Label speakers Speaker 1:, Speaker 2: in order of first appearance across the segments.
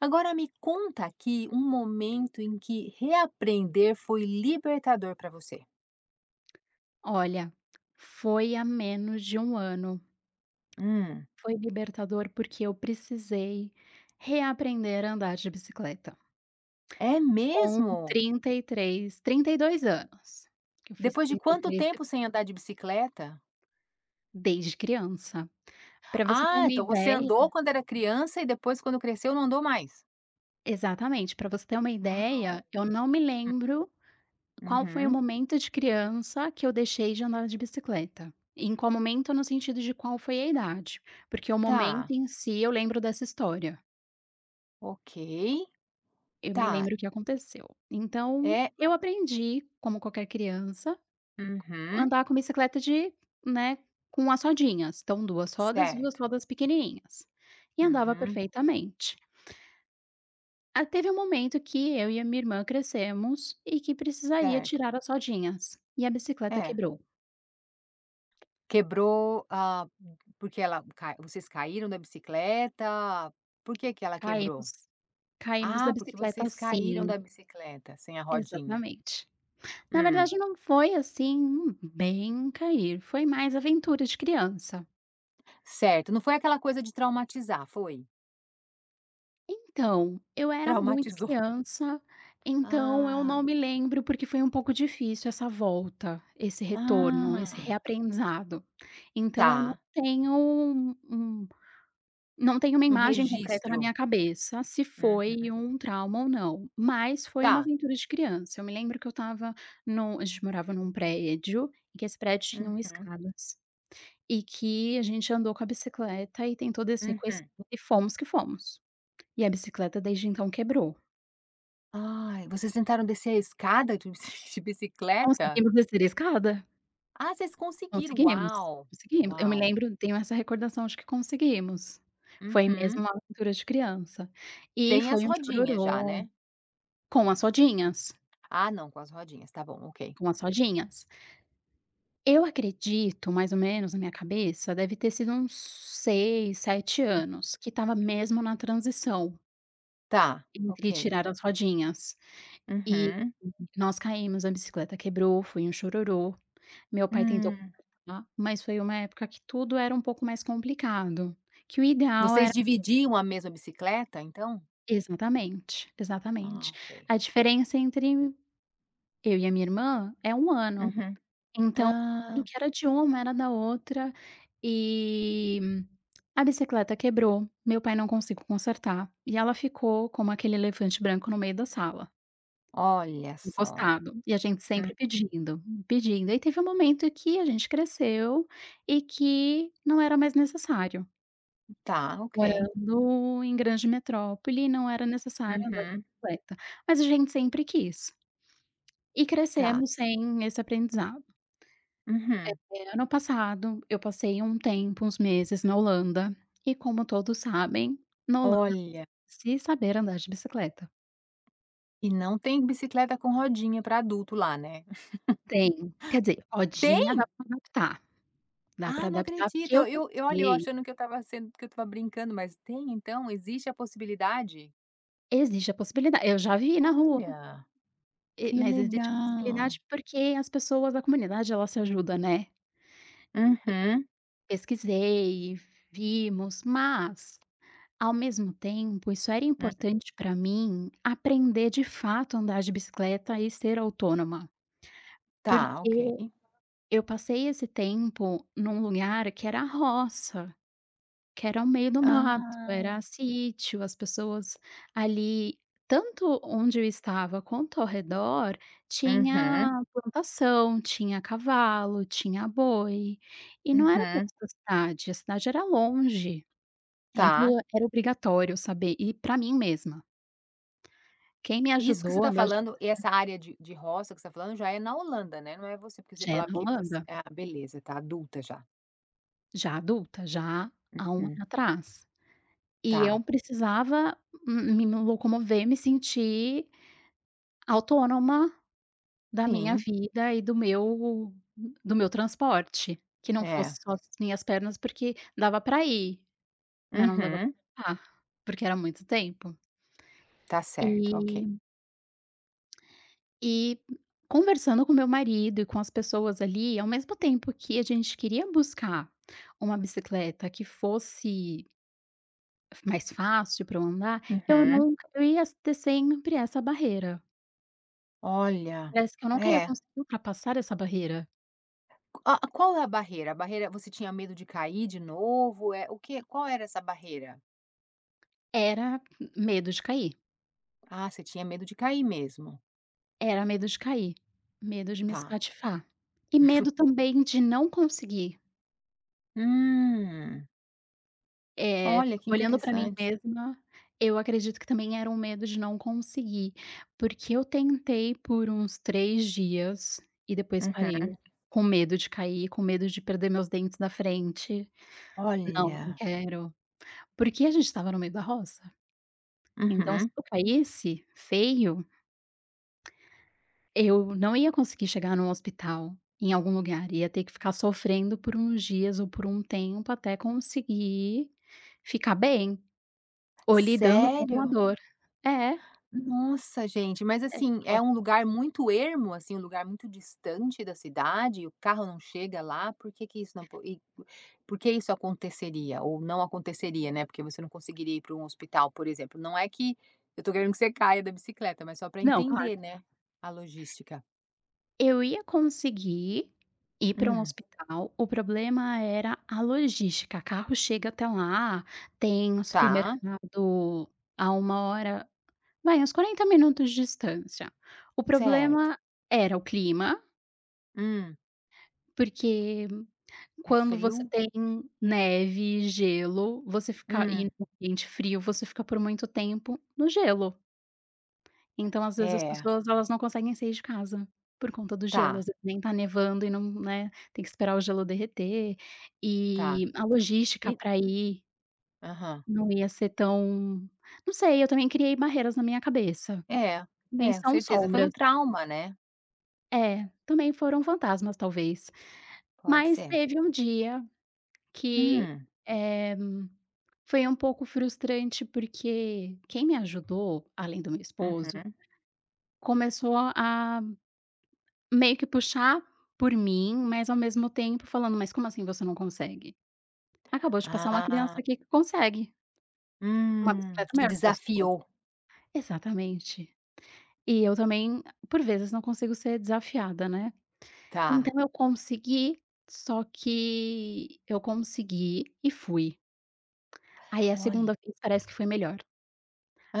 Speaker 1: Agora me conta aqui um momento em que reaprender foi libertador para você.
Speaker 2: Olha, foi há menos de um ano.
Speaker 1: Hum.
Speaker 2: Foi libertador, porque eu precisei reaprender a andar de bicicleta
Speaker 1: É
Speaker 2: com
Speaker 1: mesmo?
Speaker 2: 33, 32 anos, que eu fiz
Speaker 1: Depois de quanto
Speaker 2: 33 de
Speaker 1: tempo sem andar de bicicleta?
Speaker 2: desde criança. Para você ter
Speaker 1: Ah,
Speaker 2: uma
Speaker 1: então você
Speaker 2: ideia
Speaker 1: andou quando era criança e depois quando cresceu não andou mais?
Speaker 2: Exatamente. Para você ter uma
Speaker 1: Uau.
Speaker 2: ideia, eu não me lembro qual foi o
Speaker 1: Uhum.
Speaker 2: momento de criança que eu deixei de andar de bicicleta. Em qual momento, no sentido de qual foi a idade, porque o momento
Speaker 1: Tá,
Speaker 2: em si eu lembro dessa história.
Speaker 1: ok.
Speaker 2: Eu me
Speaker 1: Tá,
Speaker 2: lembro o que aconteceu. Então,
Speaker 1: é
Speaker 2: eu aprendi, como qualquer criança,
Speaker 1: uhum,
Speaker 2: andar com bicicleta de, né, com as rodinhas. Então 2
Speaker 1: certo.
Speaker 2: rodas pequenininhas. E andava
Speaker 1: Uhum,
Speaker 2: perfeitamente. Ah, teve um momento que eu e a minha irmã crescemos e que precisaria
Speaker 1: certo.
Speaker 2: tirar as rodinhas, e a bicicleta
Speaker 1: É,
Speaker 2: quebrou.
Speaker 1: quebrou, ah, porque ela cai vocês caíram da bicicleta? Por que ela quebrou?
Speaker 2: Caímos caímos da
Speaker 1: Ah, porque
Speaker 2: bicicleta,
Speaker 1: vocês caíram
Speaker 2: sim,
Speaker 1: da bicicleta sem a rodinha.
Speaker 2: exatamente. Na
Speaker 1: Hum,
Speaker 2: verdade não foi, assim, um bem cair, foi mais aventura de criança.
Speaker 1: certo. Não foi aquela coisa de traumatizar, foi?
Speaker 2: Então, eu era muito
Speaker 1: Traumatizou.
Speaker 2: criança, então eu não
Speaker 1: Ah,
Speaker 2: me lembro, porque foi um pouco difícil essa volta, esse retorno, esse
Speaker 1: ah,
Speaker 2: reaprendizado. Então eu não
Speaker 1: tá.
Speaker 2: tenho um um não tenho uma
Speaker 1: Um
Speaker 2: imagem concreta na
Speaker 1: registro.
Speaker 2: minha cabeça, se
Speaker 1: Uhum.
Speaker 2: foi um trauma ou não, mas foi uma
Speaker 1: Tá.
Speaker 2: aventura de criança. Eu me lembro que eu estava no a gente morava num prédio, e que esse prédio tinha um
Speaker 1: Uhum,
Speaker 2: escadas, e que a gente andou com a bicicleta e tentou descer com a
Speaker 1: uhum.
Speaker 2: escada e fomos que fomos. E a bicicleta desde então quebrou.
Speaker 1: Ai, vocês tentaram descer a escada de de bicicleta?
Speaker 2: Conseguimos descer a escada?
Speaker 1: Ah, vocês conseguiram.
Speaker 2: Conseguimos,
Speaker 1: Uau,
Speaker 2: conseguimos. Eu me
Speaker 1: uau.
Speaker 2: lembro, tenho essa recordação de que conseguimos. Foi mesmo
Speaker 1: Uhum.
Speaker 2: uma aventura de criança. E
Speaker 1: Tem as
Speaker 2: foi um
Speaker 1: rodinhas já,
Speaker 2: chororô,
Speaker 1: né?
Speaker 2: com as rodinhas,
Speaker 1: Ah, não, com as rodinhas. Tá bom, ok.
Speaker 2: com as rodinhas. Eu acredito, mais ou menos, na minha cabeça, deve ter sido uns 6, 7 anos, que estava mesmo na transição
Speaker 1: Tá, ok.
Speaker 2: entre tirar as rodinhas. E
Speaker 1: Uhum.
Speaker 2: nós caímos, a bicicleta quebrou, foi um chororô. Meu pai tentou.
Speaker 1: Hum.
Speaker 2: Tá. Mas foi uma época que tudo era um pouco mais complicado, que o ideal
Speaker 1: Vocês
Speaker 2: era
Speaker 1: dividiam a mesma bicicleta, então?
Speaker 2: exatamente,
Speaker 1: Ah,
Speaker 2: exatamente.
Speaker 1: ok.
Speaker 2: A diferença entre eu e a minha irmã é um ano,
Speaker 1: Uhum.
Speaker 2: então tudo
Speaker 1: Ah,
Speaker 2: que era de uma era da outra, e a bicicleta quebrou, meu pai não conseguiu consertar, e ela ficou como aquele elefante branco no meio da sala,
Speaker 1: olha só.
Speaker 2: encostado, e a gente
Speaker 1: Hum,
Speaker 2: sempre pedindo, pedindo. E teve um momento que a gente cresceu e que não era mais necessário.
Speaker 1: tá, ok.
Speaker 2: Morando em grande metrópole, não era necessário andar de
Speaker 1: Uhum.
Speaker 2: bicicleta, mas a gente sempre quis, e
Speaker 1: Tá.
Speaker 2: crescemos sem esse aprendizado.
Speaker 1: Uhum.
Speaker 2: Ano passado, eu passei um tempo, uns meses na Holanda, e como todos sabem, na Holanda
Speaker 1: Olha,
Speaker 2: se saber andar de bicicleta.
Speaker 1: e não tem bicicleta com rodinha para adulto lá, né?
Speaker 2: Tem, quer dizer, rodinha
Speaker 1: Tem?
Speaker 2: dá
Speaker 1: Ah,
Speaker 2: pra
Speaker 1: não
Speaker 2: adaptar, porque
Speaker 1: acredito.
Speaker 2: eu
Speaker 1: Eu olha, eu
Speaker 2: pensei
Speaker 1: achando que eu estava brincando, mas tem então? Existe a possibilidade?
Speaker 2: existe a possibilidade, eu já vi na rua,
Speaker 1: Olha,
Speaker 2: e
Speaker 1: que
Speaker 2: mas existe a possibilidade
Speaker 1: legal.
Speaker 2: porque as pessoas da comunidade ela se ajuda, né.
Speaker 1: Uhum.
Speaker 2: Pesquisei, vimos, mas ao mesmo tempo isso era
Speaker 1: Hum.
Speaker 2: importante para mim aprender de fato a andar de bicicleta e ser autônoma, porque
Speaker 1: Tá, ok.
Speaker 2: eu passei esse tempo num lugar que era roça, que era o meio do mato,
Speaker 1: Ah.
Speaker 2: era sítio, as pessoas ali tanto onde eu estava quanto ao redor
Speaker 1: Uhum.
Speaker 2: tinha plantação, tinha cavalo, tinha boi, e não era
Speaker 1: Uhum.
Speaker 2: perto da cidade, a cidade era longe.
Speaker 1: Tá.
Speaker 2: Então era obrigatório saber, e para mim mesma. Quem me
Speaker 1: Isso que você
Speaker 2: ajudou a
Speaker 1: está
Speaker 2: me aju
Speaker 1: falando, essa área de roça que você está falando já é na Holanda, né, não é você, porque você
Speaker 2: Já é
Speaker 1: falava
Speaker 2: na
Speaker 1: que você
Speaker 2: Holanda,
Speaker 1: ah, beleza, tá adulta já.
Speaker 2: já adulta, já há um ano
Speaker 1: Uhum.
Speaker 2: atrás. E
Speaker 1: Tá,
Speaker 2: eu precisava me locomover, me sentir autônoma da minha
Speaker 1: sim,
Speaker 2: vida e do meu transporte, que não fosse
Speaker 1: é.
Speaker 2: só as minhas pernas, porque dava para ir, mas não dava
Speaker 1: Uhum.
Speaker 2: pra ficar, porque era muito tempo.
Speaker 1: Tá certo, ok.
Speaker 2: E E conversando com meu marido e com as pessoas ali, ao mesmo tempo que a gente queria buscar uma bicicleta que fosse mais fácil para eu andar, eu
Speaker 1: Uhum.
Speaker 2: nunca eu ia ter sempre essa barreira.
Speaker 1: Olha,
Speaker 2: Parece que eu nunca ia
Speaker 1: é.
Speaker 2: conseguir ultrapassar essa barreira.
Speaker 1: A qual é a barreira? A barreira você tinha medo de cair de novo? É o que qual era essa barreira?
Speaker 2: Era medo de cair,
Speaker 1: Ah, você tinha medo de cair mesmo.
Speaker 2: era medo de cair, medo de me
Speaker 1: Tá.
Speaker 2: espatifar. E medo também de não conseguir.
Speaker 1: Hum,
Speaker 2: É,
Speaker 1: olha que
Speaker 2: olhando pra mim
Speaker 1: interessante.
Speaker 2: mesma, eu acredito que também era um medo de não conseguir, porque eu tentei por uns 3 dias e depois parei,
Speaker 1: Uhum.
Speaker 2: com medo de cair, com medo de perder meus dentes da frente. "Não, não
Speaker 1: Olha.
Speaker 2: quero", porque a gente estava no meio da roça, então se
Speaker 1: Uhum.
Speaker 2: eu caísse feio, eu não ia conseguir chegar num hospital, em algum lugar, ia ter que ficar sofrendo por uns dias ou por um tempo até conseguir ficar bem. Ou lidando com a
Speaker 1: Sério?
Speaker 2: dor. É,
Speaker 1: Nossa, gente, mas assim, é
Speaker 2: nossa,
Speaker 1: um lugar muito ermo, assim, um lugar muito distante da cidade, o carro não chega lá, por que isso não, e por que isso aconteceria? Ou não aconteceria, né? Porque você não conseguiria ir para um hospital, por exemplo. Não é que eu tô querendo que você caia da bicicleta, mas só para
Speaker 2: não, claro.
Speaker 1: entender, né? A logística.
Speaker 2: Eu ia conseguir ir para um
Speaker 1: Hum,
Speaker 2: hospital, o problema era a logística, carro chega até lá, tem um
Speaker 1: tá,
Speaker 2: supermercado a uma hora, vai uns 40 minutos de distância. O
Speaker 1: certo.
Speaker 2: problema era o clima,
Speaker 1: Hum,
Speaker 2: porque
Speaker 1: é
Speaker 2: quando você
Speaker 1: frio?
Speaker 2: tem neve, gelo, você fica e
Speaker 1: Hum,
Speaker 2: no ambiente frio, você fica por muito tempo no gelo. Então, às vezes, as
Speaker 1: é,
Speaker 2: pessoas elas não conseguem sair de casa, por conta do gelo, às
Speaker 1: tá,
Speaker 2: vezes nem tá nevando e não, né, tem que esperar o gelo derreter,
Speaker 1: tá.
Speaker 2: e a logística
Speaker 1: E,
Speaker 2: pra ir
Speaker 1: aham,
Speaker 2: não ia ser tão, não sei, eu também criei barreiras na minha cabeça,
Speaker 1: é,
Speaker 2: também
Speaker 1: é, com
Speaker 2: são
Speaker 1: certeza. Foi um
Speaker 2: sombras.
Speaker 1: trauma, né?
Speaker 2: É, também foram fantasmas talvez.
Speaker 1: Pode
Speaker 2: Mas
Speaker 1: ser.
Speaker 2: teve um dia que,
Speaker 1: Hum.
Speaker 2: eh, foi um pouco frustrante, porque quem me ajudou, além do meu esposo,
Speaker 1: Uhum.
Speaker 2: começou a meio que puxar por mim, mas ao mesmo tempo falando: "Mas como assim você não consegue? Acabou de passar uma criança
Speaker 1: Ah,
Speaker 2: aqui que consegue, uma bicicleta
Speaker 1: te
Speaker 2: maior que a sua".
Speaker 1: desafiou,
Speaker 2: Exatamente. E eu também, por vezes, não consigo ser desafiada, né.
Speaker 1: tá.
Speaker 2: Então eu consegui, só que eu consegui e fui. Aí a
Speaker 1: Olha,
Speaker 2: segunda vez parece que foi melhor,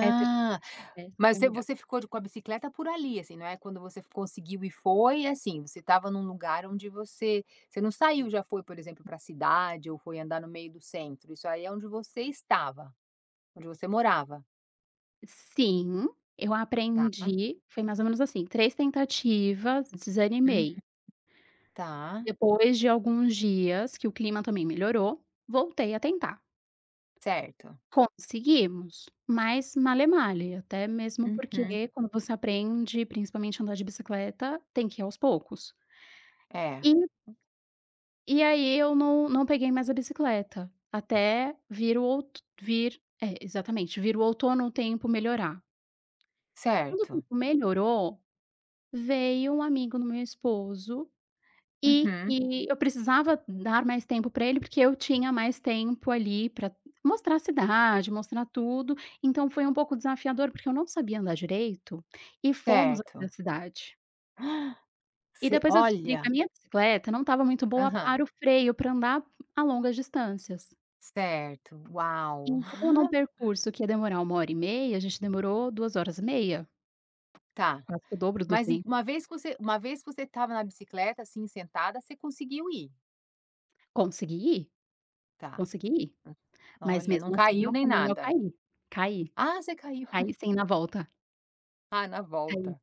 Speaker 2: aí a terceira parece que
Speaker 1: mas
Speaker 2: foi
Speaker 1: você
Speaker 2: melhor.
Speaker 1: você ficou de com a bicicleta por ali, assim, não é quando você conseguiu e foi, assim, você estava num lugar onde você não saiu, já foi, por exemplo, para a cidade ou foi andar no meio do centro, isso aí é onde você estava, onde você morava,
Speaker 2: Sim, eu
Speaker 1: tá.
Speaker 2: aprendi, foi mais ou menos assim. 3 tentativas,
Speaker 1: Uhum,
Speaker 2: desanimei.
Speaker 1: tá,
Speaker 2: Depois de alguns dias que o clima também melhorou, voltei a tentar.
Speaker 1: certo.
Speaker 2: Conseguimos, mas male male, até mesmo
Speaker 1: Uhum.
Speaker 2: porque quando você aprende, principalmente andar de bicicleta, tem que ir aos poucos.
Speaker 1: É,
Speaker 2: E e aí eu não peguei mais a bicicleta, até vir o out vir é, exatamente, vir o outono, o tempo melhorar. Quando o
Speaker 1: certo.
Speaker 2: tempo melhorou, veio um amigo do meu esposo. E
Speaker 1: Uhum,
Speaker 2: que eu precisava dar mais tempo para ele, porque eu tinha mais tempo ali para mostrar a cidade, mostrar tudo, então foi um pouco desafiador, porque eu não sabia andar direito, e fomos até a
Speaker 1: certo.
Speaker 2: cidade. E
Speaker 1: Você
Speaker 2: depois eu descobri que a
Speaker 1: olha,
Speaker 2: minha bicicleta não estava muito boa
Speaker 1: aham,
Speaker 2: para o freio, para andar a longas distâncias.
Speaker 1: certo, uau,
Speaker 2: Então, num percurso que ia demorar uma hora e meia, a gente demorou 2 horas e meia,
Speaker 1: tá.
Speaker 2: quase que o dobro do
Speaker 1: Mas em
Speaker 2: tempo.
Speaker 1: uma vez que você estava na bicicleta, assim, sentada, você conseguiu ir?
Speaker 2: Consegui ir,
Speaker 1: Tá.
Speaker 2: consegui ir,
Speaker 1: Hum,
Speaker 2: mas
Speaker 1: olha, não
Speaker 2: mesmo assim
Speaker 1: caiu
Speaker 2: no
Speaker 1: nem
Speaker 2: caminho eu
Speaker 1: nada.
Speaker 2: caí, caí,
Speaker 1: Ah, você caiu.
Speaker 2: caí sim na volta,
Speaker 1: Ah, na
Speaker 2: caí.
Speaker 1: volta.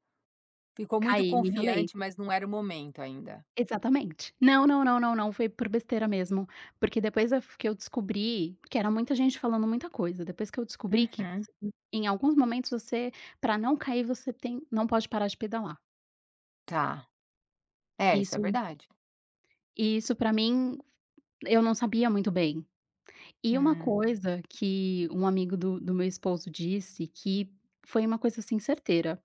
Speaker 1: Ficou muito
Speaker 2: Caí, me ralei.
Speaker 1: confiante, mas não era o momento ainda.
Speaker 2: Exatamente. Não, não, não, não, não, foi por besteira mesmo, porque depois eu f que eu descobri que era muita gente falando muita coisa, depois que eu descobri que
Speaker 1: Uhum.
Speaker 2: você em alguns momentos você para não cair você tem não pode parar de pedalar.
Speaker 1: Tá. É, isso é
Speaker 2: Isso
Speaker 1: verdade.
Speaker 2: isso para mim, eu não sabia muito bem. E uma
Speaker 1: Hum.
Speaker 2: coisa que um amigo do meu esposo disse que foi uma coisa, assim, certeira,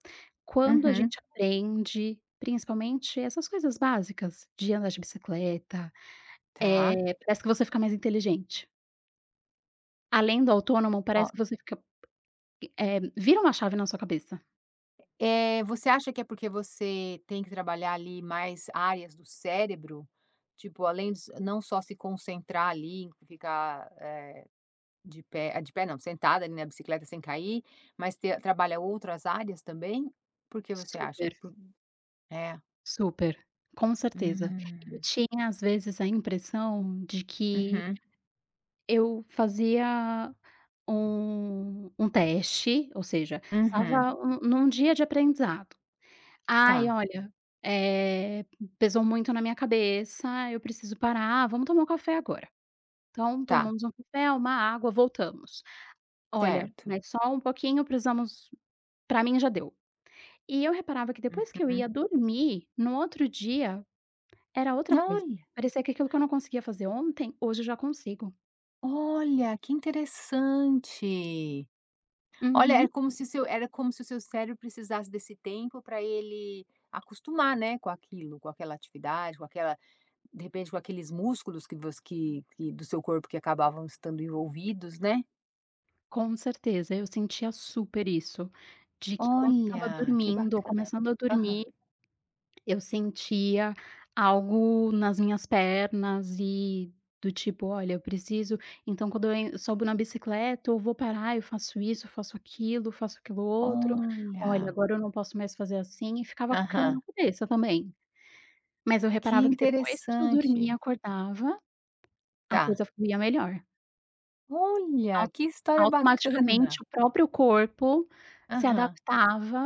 Speaker 2: quando a
Speaker 1: Uhum.
Speaker 2: gente aprende, principalmente essas coisas básicas de andar de bicicleta,
Speaker 1: Tá.
Speaker 2: Parece que você fica mais inteligente. Além do autônomo,
Speaker 1: Ó,
Speaker 2: parece que você fica, vira uma chave na sua cabeça.
Speaker 1: você acha que é porque você tem que trabalhar ali mais áreas do cérebro? Tipo, além dos não só se concentrar ali, ficar, eh de pé ah, de pé não, sentada ali na bicicleta sem cair, mas te trabalha outras áreas também? Por que você acha?
Speaker 2: Super,
Speaker 1: Por é.
Speaker 2: super, com certeza. Eu
Speaker 1: Hum.
Speaker 2: tinha às vezes a impressão de que
Speaker 1: Uhum,
Speaker 2: eu fazia um teste, ou seja,
Speaker 1: uhum.
Speaker 2: estava num dia de aprendizado.
Speaker 1: Tá,
Speaker 2: "Ai, olha, eh, pesou muito na minha cabeça, eu preciso parar, vamos tomar um café agora". Então
Speaker 1: tá,
Speaker 2: tomamos um café, uma água, voltamos. Olha,
Speaker 1: certo.
Speaker 2: mas só um pouquinho, precisamos, pra mim já deu. E eu reparava que depois que eu
Speaker 1: Uhum.
Speaker 2: ia dormir, no outro dia, era outra coisa.
Speaker 1: Olha,
Speaker 2: Parecia que aquilo que eu não conseguia fazer ontem, hoje eu já consigo.
Speaker 1: olha, que interessante. Olha, é
Speaker 2: Uhum,
Speaker 1: como se seu era como se o seu cérebro precisasse desse tempo para ele acostumar, né, com aquilo, com aquela atividade, com aquela de repente, com aqueles músculos que voc que do seu corpo que acabavam estando envolvidos, né?
Speaker 2: com certeza, eu sentia super isso, de que quando eu estava
Speaker 1: Olha, que
Speaker 2: dormindo ou
Speaker 1: bacana.
Speaker 2: começando a
Speaker 1: Aham.
Speaker 2: dormir. Eu sentia algo nas minhas pernas e do tipo: "Olha, eu preciso", então quando eu en sobo na bicicleta, eu vou parar, eu faço isso, eu faço aquilo outro. "Olha,
Speaker 1: Olha.
Speaker 2: agora eu não posso mais fazer assim", e ficava com aquilo
Speaker 1: Aham.
Speaker 2: na cabeça também. Mas eu
Speaker 1: Que
Speaker 2: reparava que depois que eu dormia
Speaker 1: interessante.
Speaker 2: acordava, a
Speaker 1: Tá.
Speaker 2: coisa fluía melhor.
Speaker 1: Olha,
Speaker 2: Au
Speaker 1: que história
Speaker 2: automaticamente
Speaker 1: bacana.
Speaker 2: o próprio corpo se
Speaker 1: Aham.
Speaker 2: adaptava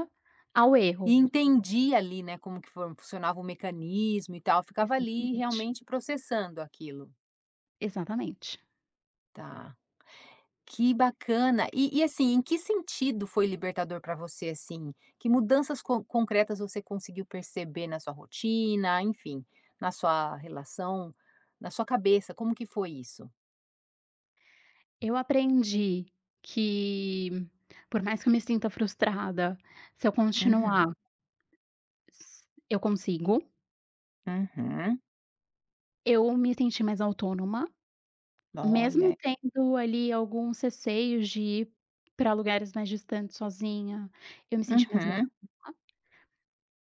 Speaker 2: ao
Speaker 1: E
Speaker 2: erro.
Speaker 1: entendi ali, né, como que funcionava o mecanismo e tal, ficava ali
Speaker 2: Exatamente,
Speaker 1: realmente processando aquilo.
Speaker 2: exatamente.
Speaker 1: Tá. Que bacana. E assim, em que sentido foi libertador para você, assim? Que mudanças concretas você conseguiu perceber na sua rotina, enfim, na sua relação, na sua cabeça, como que foi isso?
Speaker 2: Eu aprendi que, por mais que eu me sinta frustrada, se eu
Speaker 1: Uhum,
Speaker 2: continuar, s eu consigo.
Speaker 1: uhum.
Speaker 2: Eu me senti mais autônoma, mesmo
Speaker 1: Olha.
Speaker 2: tendo ali alguns receios de ir para lugares mais distantes sozinha, eu me senti mais autônoma.
Speaker 1: Uhum,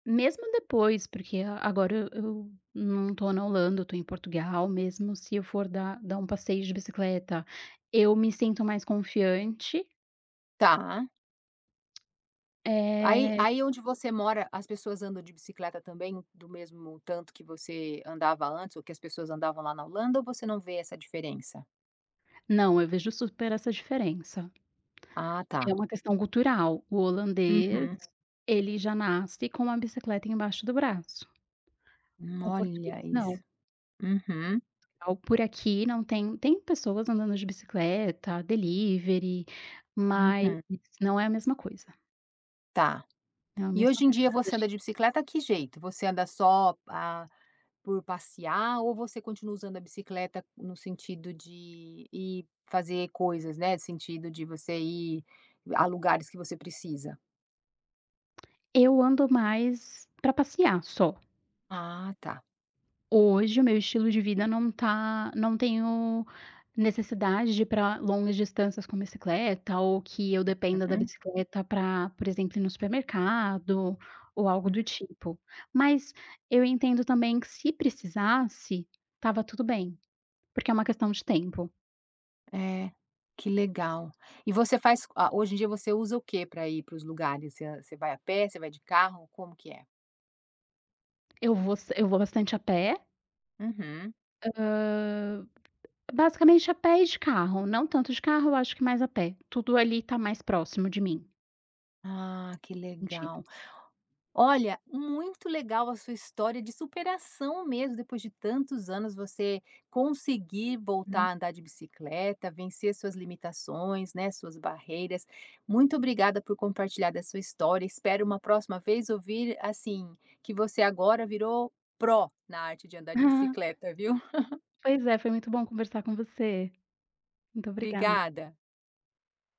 Speaker 2: Mesmo depois, porque agora eu não tô na Holanda, eu tô em Portugal, mesmo se eu for dar um passeio de bicicleta, eu me sinto mais confiante.
Speaker 1: tá. Aí
Speaker 2: Eh,
Speaker 1: aí onde você mora, as pessoas andam de bicicleta também do mesmo tanto que você andava antes ou que as pessoas andavam lá na Holanda ou você não vê essa diferença?
Speaker 2: não, eu vejo super essa diferença.
Speaker 1: Ah, tá.
Speaker 2: É uma questão cultural. O holandês,
Speaker 1: Uhum.
Speaker 2: ele já nasce com uma bicicleta embaixo do braço. O português
Speaker 1: Olha isso.
Speaker 2: não.
Speaker 1: Uhum,
Speaker 2: Ao por aqui não tem pessoas andando de bicicleta, delivery, mas
Speaker 1: uhum.
Speaker 2: não é a mesma coisa,
Speaker 1: Tá.
Speaker 2: não é a
Speaker 1: E
Speaker 2: mesma
Speaker 1: hoje em
Speaker 2: coisa.
Speaker 1: dia você anda de bicicleta que jeito? Você anda só a por passear ou você continua usando a bicicleta no sentido de ir fazer coisas, né, no sentido de você ir a lugares que você precisa?
Speaker 2: Eu ando mais para passear só.
Speaker 1: Ah, tá.
Speaker 2: Hoje o meu estilo de vida não tenho necessidade de ir pra longas distâncias com bicicleta ou que eu dependa da
Speaker 1: Uhum.
Speaker 2: bicicleta para, por exemplo, ir no supermercado ou algo do tipo. Mas eu entendo também que se precisasse, estava tudo bem, porque é uma questão de tempo.
Speaker 1: É, que legal. E você faz ah, hoje em dia você usa o que para ir para os lugares? Você vai a pé, você vai de carro, como que é?
Speaker 2: Eu vou bastante a pé,
Speaker 1: Uhum.
Speaker 2: hã, basicamente a pé e de carro, não tanto de carro, eu acho que mais a pé. Tudo ali tá mais próximo de mim,
Speaker 1: Ah, que legal.
Speaker 2: sentido.
Speaker 1: Olha, muito legal a sua história de superação mesmo, depois de tantos anos você conseguir voltar
Speaker 2: Uhum.
Speaker 1: a andar de bicicleta, vencer suas limitações, né, suas barreiras. Muito obrigada por compartilhar da sua história. Espero uma próxima vez ouvir assim que você agora virou pró na arte de andar de bicicleta, viu?
Speaker 2: Pois é, foi muito bom conversar com você. Muito obrigada.
Speaker 1: Obrigada.